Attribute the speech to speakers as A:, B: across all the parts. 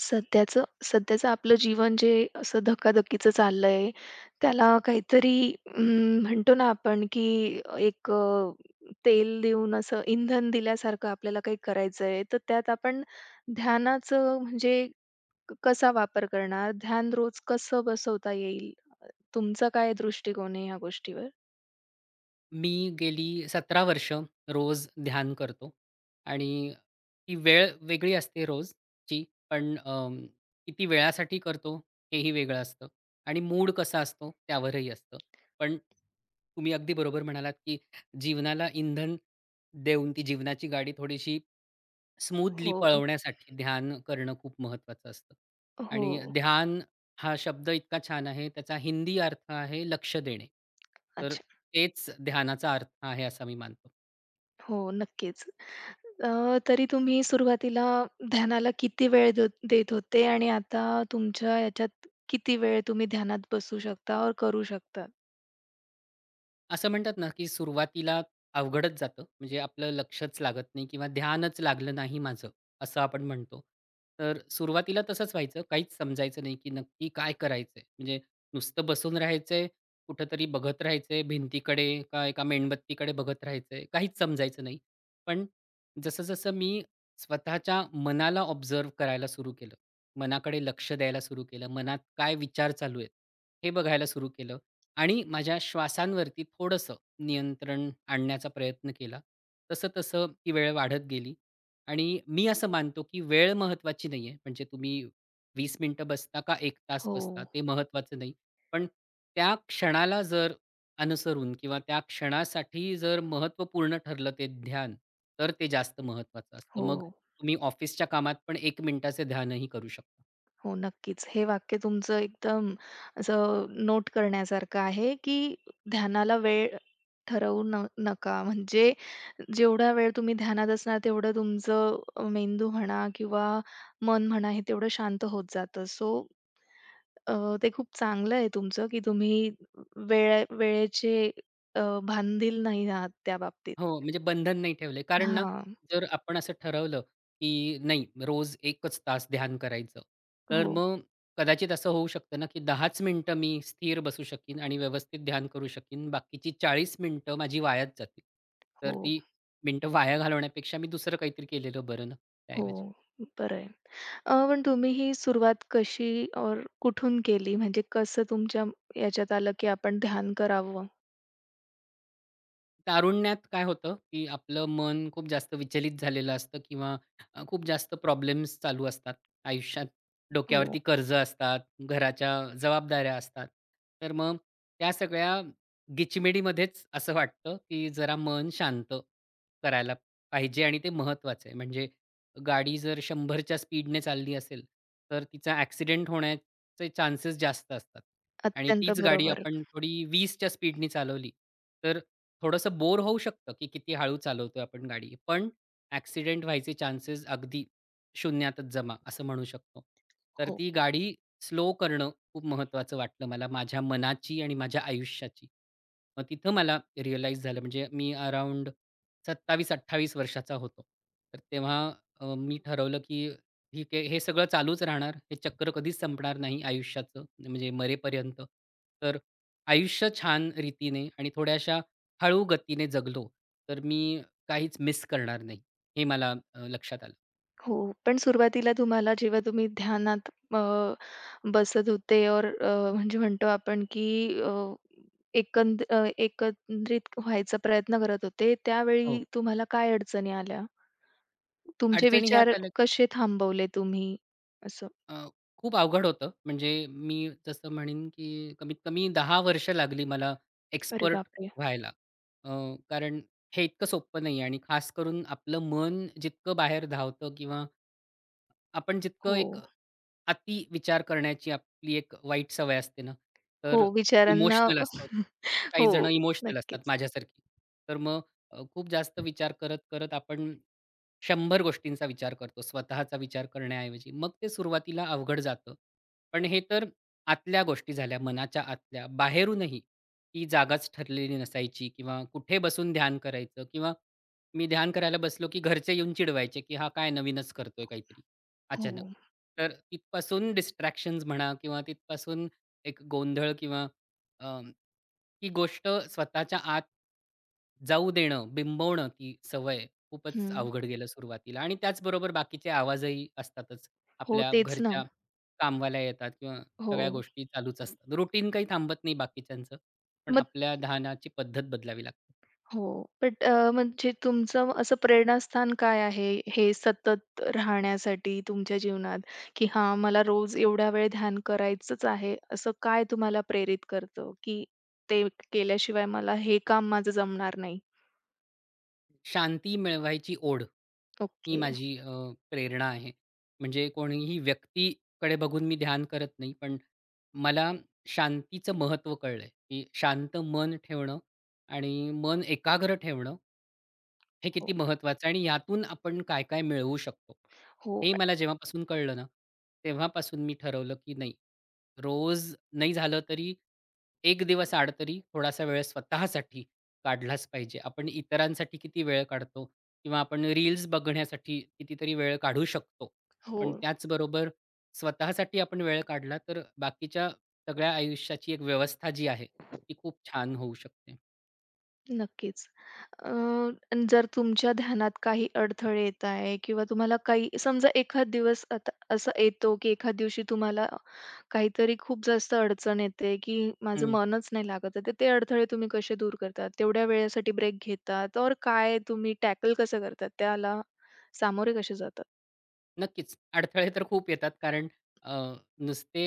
A: सध्याचं सध्याचं आपलं जीवन जे असं धकाधकीचं चाललंय, त्याला काहीतरी म्हणतो ना आपण, की एक तेल देऊन असं इंधन दिल्यासारखं आपल्याला काही करायचंय, तर त्यात आपण ध्यानाचं म्हणजे कसा वापर करणार? ध्यान रोज कसं बसवता येईल? तुमचा काय दृष्टिकोन आहे ह्या गोष्टीवर?
B: मी गेली 17 वर्ष रोज ध्यान करतो आणि ती वेळ वेगळी असते रोजची पण किती वेळासाठी करतो हेही वेगळं असतं आणि मूड कसा असतो त्यावरही असतं. पण तुम्ही अगदी बरोबर म्हणालात, की जीवनाला इंधन देऊन ती जीवनाची गाडी थोडीशी स्मूथली
A: हो.
B: पळवण्यासाठी ध्यान करणं खूप महत्त्वाचं असतं.
A: हो.
B: आणि ध्यान हा शब्द इतका छान आहे, त्याचा हिंदी अर्थ आहे लक्ष देणे. तर तेच ध्यानाचा अर्थ आहे असं मी मानतो.
A: हो, नक्कीच. अ, तरी तुम्ही सुरुवातीला ध्यानाला किती वेळ देत होते आणि आता तुमच्या याच्यात किती वेळ तुम्ही ध्यानात बसू शकता और करू शकता?
B: असं म्हणतात ना, की सुरुवातीला अवघडच जातं. म्हणजे आपलं लक्षच लागत नाही किंवा ध्यानच लागलं नाही माझं, असं आपण म्हणतो. तर सुरुवातीला तसंच व्हायचं. काहीच समजायचं नाही, की नक्की काय करायचंय? म्हणजे नुसतं बसून राहायचंय, कुठेतरी बघत राहायचंय भिंतीकडे का एका मेणबत्तीकडे बघत राहायचंय, काहीच समजायचं नाही. पण जसं-जसं मी स्वतःच्या मनाला ऑब्झर्व्ह करायला सुरू केलं, मनाकडे लक्ष द्यायला सुरू केलं, मनात काय विचार चालू आहेत, हे बघायला सुरू केलं. आणि माझ्या श्वासांवरती थोडंसं नियंत्रण आणण्याचा प्रयत्न केला. तसं-तसं ती वेळ वाढत गेली आणि मी असं मानतो, की वेळ महत्त्वाची नाहीये. म्हणजे तुम्ही 20 मिनिटं बसता का 1 तास
A: हो,
B: बसता ते महत्त्वाचं नाही. पण त्या क्षणाला जर अनुसरून किंवा त्या क्षणासाठी जर महत्त्वपूर्ण ठरलं ते ध्यान, तर ते जास्त महत्त्वाचं असतं.
A: हो,
B: मग तुम्ही ऑफिसच्या कामात पण 1 मिनिटाचे ध्यानही करू शकता.
A: हो, नक्कीच. हे वाक्य तुमचं एकदम असं नोट करण्यासारखं आहे, की ध्यानाला वेळ ठरवू नका. म्हणजे जेवढा वेळ तुम्ही ध्यानात असणार, तेवढं तुमचं मेंदू म्हणा किंवा मन म्हणा, हे तेवढं शांत होत जातं. सो ते खूप चांगलं आहे तुमचं, की तुम्ही वेळेचे अ, भानधील नाही आहात त्या बाबतीत.
B: हो, म्हणजे बंधन नाही ठेवले, कारण ना,
A: हां.
B: जर आपण असं ठरवलं, की नाही रोज 1च तास ध्यान करायचं, तर
A: हो,
B: मग कदाचित असं होऊ शकतं ना, की 10च मिनिटं मी स्थिर बसू शकीन आणि व्यवस्थित ध्यान करू शकीन. बाकीची 40 मिनिटं माझी वायाच जातील. तर
A: हो,
B: ती मिनिटं वाया घालवण्यापेक्षा मी दुसरं काहीतरी केलेलं बरं ना,
A: हो.
B: त्याऐवजी.
A: बरं आहे. पण तुम्ही ही सुरुवात कशी और कुठून केली? म्हणजे कसं तुमच्या याच्यात आलं, की आपण ध्यान करावं?
B: तारुण्यात काय होतं, की आपलं मन खूप जास्त विचलित झालेलं असतं किंवा खूप जास्त प्रॉब्लेम्स चालू असतात आयुष्यात.
A: हो.
B: डोक्यावरती कर्ज असतात, घराच्या जबाबदाऱ्या असतात. तर मग त्या सगळ्या गिचमिडीमध्येच असं वाटतं, की जरा मन शांत करायला पाहिजे आणि ते महत्त्वाचं आहे. म्हणजे गाडी जर 100च्या स्पीडने चालली असेल, तर तिचा ॲक्सिडेंट होण्याचे चान्सेस जास्त असतात आणि
A: अत्यंत
B: तीच गाडी
A: बरोबर.
B: आपण थोडी 20च्या स्पीडने चालवली, थोडंसं बोर होऊ शकतं, की किती हळू चालवतोय आपण गाडी. पण ॲक्सिडेंट व्हायचे चान्सेस अगदी शून्यातच जमा असं म्हणू शकतो. तर
A: हो.
B: ती गाडी स्लो करणं खूप महत्त्वाचं वाटलं मला माझ्या मनाची आणि माझ्या आयुष्याची. मग तिथं मला रिअलाईज झालं म्हणजे मी अराउंड 27-28 वर्षाचा होतो. तर तेव्हा मी ठरवलं, की ठीक आहे हे सगळं चालूच राहणार. हे चक्र कधीच संपणार नाही आयुष्याचं म्हणजे मरेपर्यंत. तर आयुष्य छान रीतीने आणि थोड्याशा हळू गतीने जगलो, तर मी काहीच मिस करणार नाही, हे मला लक्षात आलं.
A: हो. पण सुरुवातीला तुम्हाला जेव्हा तुम्ही ध्यानात बसत होते और म्हणजे म्हणतो आपण की अ, एकंदरीत व्हायचा प्रयत्न करत होते, त्यावेळी
B: हो.
A: तुम्हाला काय अडचणी आल्या? तुमचे
B: अडचणी
A: विचार
B: ह्याच आल्या की,
A: कसे थांबवले तुम्ही? असं.
B: अ, खूप अवघड होतं. म्हणजे मी जसं म्हणेन, की कमीत कमी 10 वर्ष लागली मला
A: अरे
B: एक्सपर्ट
A: बापरे!
B: व्हायला. अ, कारण हे इतकं सोपं नाही आणि खास करून आपलं मन जितकं बाहेर धावतं किंवा आपण जितकं
A: हो,
B: एक अति विचार करण्याची आपली एक वाईट सवय असते ना,
A: हो.
B: तर
A: विचारांना
B: इमोशनल असतात.
A: हो,
B: काही जण इमोशनल असतात
A: नक्कीच.
B: माझ्यासारखी. तर मग खूप जास्त विचार करत, करत आपण 100 गोष्टींचा विचार करतो, स्वतःचा विचार करण्याऐवजी. मग ते सुरुवातीला अवघड जातं. पण हे तर आतल्या गोष्टी झाल्या, मनाच्या आतल्या. बाहेरूनही ती जागाच ठरलेली नसायची किंवा कुठे बसून ध्यान करायचं किंवा मी ध्यान करायला बसलो, की घरचे येऊन चिडवायचे, की "हा काय नवीनच करतोय काहीतरी अचानक."
A: हो.
B: तर तिथपासून डिस्ट्रॅक्शन्स म्हणा किंवा तिथपासून एक गोंधळ किंवा अ, ती गोष्ट स्वतःच्या आत जाऊ देणं, बिंबवणं ती सवय खूपच
A: हं.
B: अवघड गेलं सुरुवातीला आणि त्याचबरोबर बाकीचे आवाजही असतातच.
A: हो,
B: आपल्या
A: तेच ना.
B: घरच्या कामवाल्या येतात किंवा
A: हो.
B: सगळ्या गोष्टी चालूच असतात. रुटीन काही थांबत नाही बाकीच्यांचं. पण आपल्या ध्यानाची पद्धत बदलावी लागते.
A: हो. बट म्हणजे तुमचं असं प्रेरणास्थान काय आहे, हे सतत राहण्यासाठी तुमच्या जीवनात, की हां, मला रोज एवढा वेळ ध्यान करायचंच आहे, असं काय तुम्हाला प्रेरित करतं, की ते केल्याशिवाय मला हे काम माझं जमणार नाही?
B: शांती मिळवायची ओढ, ही
A: ओके.
B: माझी प्रेरणा आहे. म्हणजे कोणीही व्यक्तीकडे बघून मी ध्यान करत नाही, पण मला शांतीचं महत्त्व कळलंय, की शांत मन ठेवणं आणि मन एकाग्र ठेवणं हे किती
A: हो,
B: महत्त्वाचं आहे आणि यातून आपण काय-काय मिळवू शकतो.
A: हो,
B: हे मला जेव्हापासून कळलं ना, तेव्हापासून मी ठरवलं, की नाही, रोज नाही झालं तरी 1 दिवस आड तरी थोडासा वेळ स्वतःसाठी काढलाच पाहिजे. आपण इतरांसाठी किती वेळ काढतो किंवा आपण रील्स बघण्यासाठी कितीतरी वेळ काढू शकतो.
A: हो.
B: पण त्याचबरोबर स्वतःसाठी आपण वेळ काढला तर बाकीच्या सगळ्या आयुष्याची एक व्यवस्था जी आहे, ती खूप छान होऊ शकते.
A: नक्कीच. अ, जर तुमच्या ध्यानात काही अडथळे येत आहे किंवा तुम्हाला काही समजा एखाद दिवस आता असा येतो, की एखाद दिवशी तुम्हाला काहीतरी खूप जास्त अडचण येते, की माझं मनच नाही लागत आहे. तर ते अडथळे तुम्ही कसे दूर करतात? तेवढ्या वेळेसाठी ब्रेक घेतात और काय तुम्ही टॅकल कसं करतात? त्याला सामोरे कसे जातात?
B: नक्कीच. अडथळे तर खूप येतात कारण अ, नुसते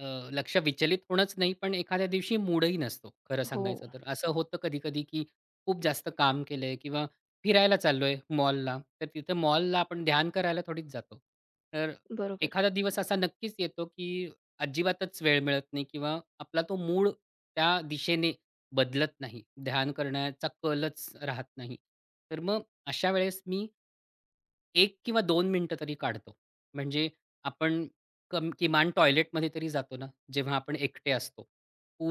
B: अ, लक्ष विचलित होणंच नाही, पण एखाद्या दिवशी मूडही नसतो, खरं
A: हो,
B: सांगायचं तर. असं होतं कधी-कधी, की खूप जास्त काम केलंय किंवा फिरायला चाललोय मॉलला, तर तिथं मॉलला आपण ध्यान करायला थोडीच जातो. तर
A: बरोबर.
B: एखादा दिवस असा नक्कीच येतो, की अजिबातच वेळ मिळत नाही किंवा आपला तो मूड त्या दिशेने बदलत नाही. ध्यान करण्याचा कलच राहत नाही. तर मग अशा वेळेस मी 1 किंवा 2 मिनिटं तरी काढतो. म्हणजे आपण किमान टॉयलेटमध्ये तरी जातो ना, जेव्हा आपण एकटे असतो.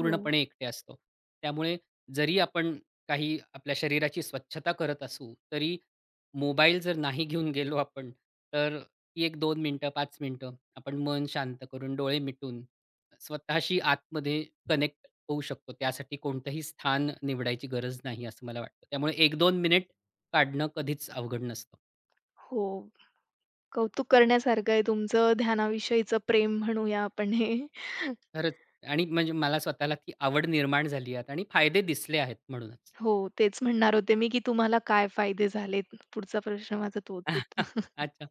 A: हो,
B: एकटे असतो. त्यामुळे जरी आपण काही आपल्या शरीराची स्वच्छता करत असू, तरी मोबाईल जर नाही घेऊन गेलो आपण, तर ती एक 2 मिनिटं, 5 मिनिटं आपण मन शांत करून, डोळे मिटून स्वतःशी आतमध्ये कनेक्ट होऊ शकतो. त्यासाठी कोणतंही स्थान निवडायची गरज नाही असं मला वाटतं. त्यामुळे 1-2 मिनिट काढणं कधीच अवघड नसतं.
A: हो. कौतुक करण्यासारखं आहे तुमचं ध्यानाविषयीचं प्रेम म्हणूया आपण हे.
B: खरंच आणि म्हणजे मला स्वतःला ती आवड निर्माण झाली आहे आता आणि फायदे दिसले आहेत म्हणूनच.
A: हो, तेच म्हणणार होते मी, की तुम्हाला काय फायदे झालेत? पुढचा प्रश्न माझा तोच होता.
B: अच्छा.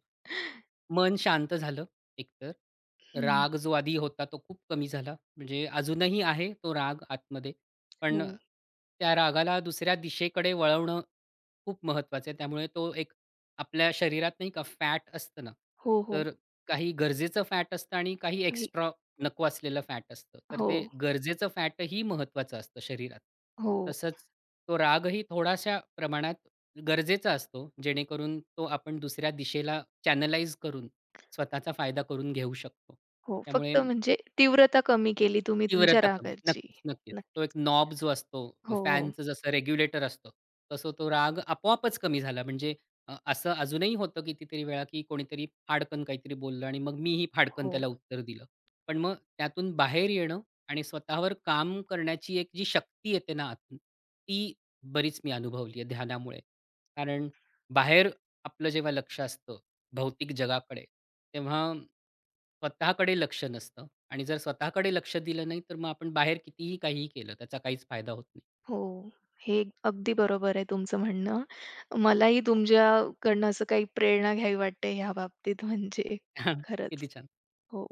B: मन शांत झालं एकतर.
A: हं,
B: राग जो आधी होता तो खूप कमी झाला. म्हणजे अजूनही आहे तो राग आतमध्ये. पण
A: हो.
B: त्या रागाला दुसऱ्या दिशेकडे वळवणं खूप महत्त्वाचं आहे. त्यामुळे तो एक आपल्या शरीरात नाही का फॅट असतं ना,
A: हो, हो.
B: तर काही गरजेचं फॅट असतं आणि काही
A: काही
B: एक्स्ट्रा नको असलेलं फॅट असतं. तर
A: हो,
B: ते गरजेचं फॅटही महत्त्वाचं असतं शरीरात.
A: हो.
B: तसंच तो रागही थोड्याशा प्रमाणात गरजेचा असतो, जेणेकरून तो आपण दुसऱ्या दिशेला चॅनलाइज करून स्वतःचा फायदा करून घेऊ शकतो.
A: हो,
B: त्यामुळे
A: फक्त म्हणजे तीव्रता कमी केली तुम्ही तुमच्या
B: तीव्रता कमी.
A: रागाची.
B: नक्कीच, नक्कीच. तो एक
A: नक्कीच.
B: नॉब जो असतो,
A: हो,
B: फॅनचं जसं रेग्युलेटर असतं, तसं तो राग आपोआपच कमी झाला. म्हणजे असं अजूनही होतं कितीतरी वेळा, की कोणीतरी फाडकन काहीतरी बोललं आणि मग मीही फाडकन
A: हो,
B: त्याला उत्तर दिलं. पण मग त्यातून बाहेर येणं आणि स्वतःवर काम करण्याची एक जी शक्ती येते ना आतून, ती बरीच मी अनुभवली आहे ध्यानामुळे. कारण बाहेर आपलं जेव्हा लक्ष असतं भौतिक जगाकडे, तेव्हा स्वतःकडे लक्ष नसतं आणि जर स्वतःकडे लक्ष दिलं नाही, तर मग आपण बाहेर कितीही काहीही केलं, त्याचा काहीच फायदा होत नाही.
A: हो. हे अगदी बरोबर आहे तुमचं म्हणणं. मलाही तुमच्याकडनं असं काही प्रेरणा घ्यावी वाटते ह्या बाबतीत म्हणजे खरंच.
B: किती छान.
A: हो.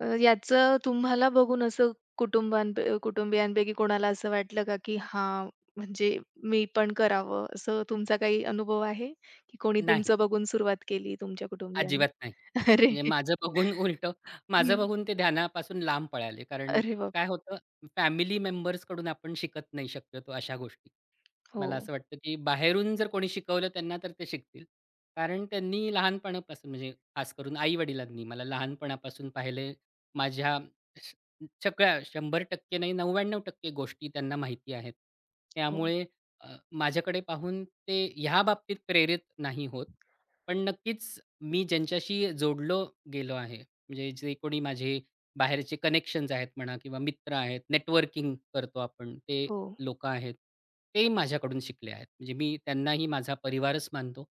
A: याचं तुम्हाला बघून असं कुटुंबां कुटुंबियांपैकी कोणाला असं वाटलं का, की हां, म्हणजे मी पण करावं, असं तुमचा काही अनुभव आहे? की कोणी
B: नाही.
A: तुमचं बघून सुरुवात केली तुमच्या कुटुंबियांनी?
B: अजिबात नाही.
A: अरे!
B: म्हणजे माझं बघून उलटं माझं
A: हं.
B: बघून ते ध्यानापासून लांब पळाले. कारण
A: अरे बाप!
B: काय होतं फॅमिली मेंबर्सकडून आपण शिकत नाही शक्यतो अशा गोष्टी.
A: हो,
B: मला असं वाटतं, की बाहेरून जर कोणी शिकवलं त्यांना तर ते शिकतील. कारण त्यांनी लहानपणापासून म्हणजे खास करून आई-वडिलांनी मला लहानपणापासून पाहिले. माझ्या स सगळ्या 100% नाही 99% गोष्टी त्यांना माहिती आहेत.
A: हो,
B: त्यामुळे माझ्याकडे पाहून ते ह्या बाबतीत प्रेरित नाही होत. पण नक्कीच मी ज्यांच्याशी जोडलो गेलो आहे, म्हणजे जे कोणी माझे बाहेरचे कनेक्शन्स आहेत म्हणा किंवा मित्र आहेत, नेटवर्किंग करतो आपण, ते
A: हो,
B: लोकं आहेत. ते माझ्याकडून शिकले आहेत. म्हणजे मी त्यांनाही माझा परिवारच मानतो.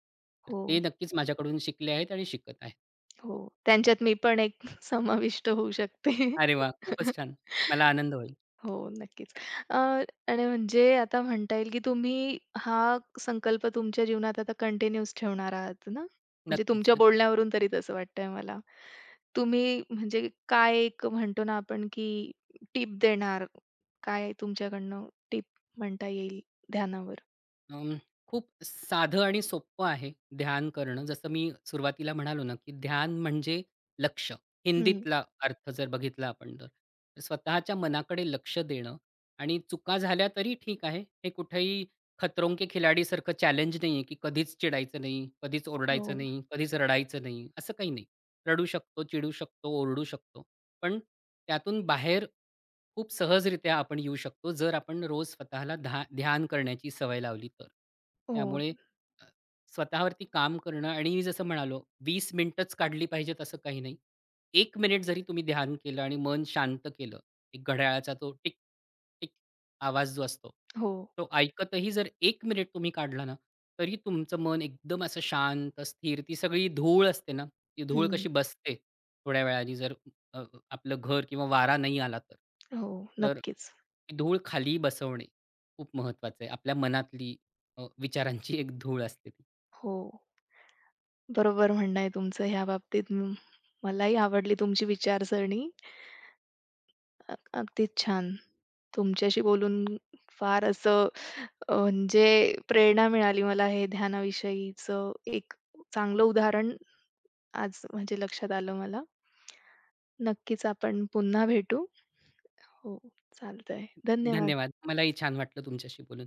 B: तर
A: हो,
B: ते नक्कीच माझ्याकडून शिकले आहेत आणि शिकत आहेत.
A: हो. त्यांच्यात मी पण एक समाविष्ट होऊ शकते.
B: अरे वाह! खूपच छान. मला आनंद होईल.
A: हो, नक्कीच. अ, आणि म्हणजे आता म्हणता येईल, की तुम्ही हा संकल्प तुमच्या जीवनात आता कंटिन्यूअस ठेवणार आहात ना? म्हणजे
B: नक्कीच,
A: तुमच्या
B: नक्कीच.
A: बोलण्यावरून तरी तसं वाटतंय मला. तुम्ही म्हणजे काय एक म्हणतो ना आपण, की टिप देणार? काय तुमच्याकडनं टिप म्हणता येईल ध्यानावर?
B: अं, खूप साधं आणि सोपं आहे ध्यान करणं. जसं मी सुरुवातीला म्हणालो ना, की ध्यान म्हणजे लक्ष.
A: हं.
B: हिंदीतला अर्थ जर बघितला आपण तर. तर स्वतःच्या मनाकडे लक्ष देणं आणि चुका झाल्या तरी ठीक आहे. हे कुठेही खतरों के खिलाडीसारखं चॅलेंज नाहीये, की कधीच चिडायचं नाही, कधीच
A: हो,
B: ओरडायचं नाही, कधीच रडायचं नाही, असं काही नाही. रडू शकतो, चिडू शकतो, ओरडू शकतो. पण त्यातून बाहेर खूप सहजरित्या आपण येऊ शकतो, जर आपण रोज स्वतःला ध्यान करण्याची सवय लावली तर.
A: हो,
B: त्यामुळे अ, स्वतःवरती काम करणं आणि मी जसं म्हणालो 20 मिनिटंच काढली पाहिजेत असं काही नाही. 1 मिनिट जरी तुम्ही ध्यान केलं आणि मन शांत केलं, एक घड्याळाचा तो टिक, टिक आवाज जो असतो,
A: हो.
B: तो ऐकतही जर 1 मिनिट तुम्ही काढला ना, तरी तुमचं मन एकदम असं शांत, स्थिर, ती सगळी धूळ असते ना, ती धूळ
A: हं.
B: कशी बसते थोड्या वेळाने जर अ, आपलं घर किंवा वारा नाही आला तर.
A: हो,
B: तर
A: नक्कीच.
B: ती धूळ खाली बसवणे खूप महत्वाचं आहे. आपल्या मनातली विचारांची एक धूळ असते ती.
A: हो. बरोबर म्हणणं आहे तुमचं ह्या बाबतीत. मलाही आवडली तुमची विचारसरणी. अ अगदीच छान. तुमच्याशी बोलून फार असं म्हणजे प्रेरणा मिळाली मला हे ध्यानाविषयीचं एक चांगलं उदाहरण आज म्हणजे लक्षात आलं मला. नक्कीच आपण पुन्हा भेटू. हो, चालतंय. धन्यवाद.
B: धन्यवाद. मलाही छान वाटलं तुमच्याशी बोलून.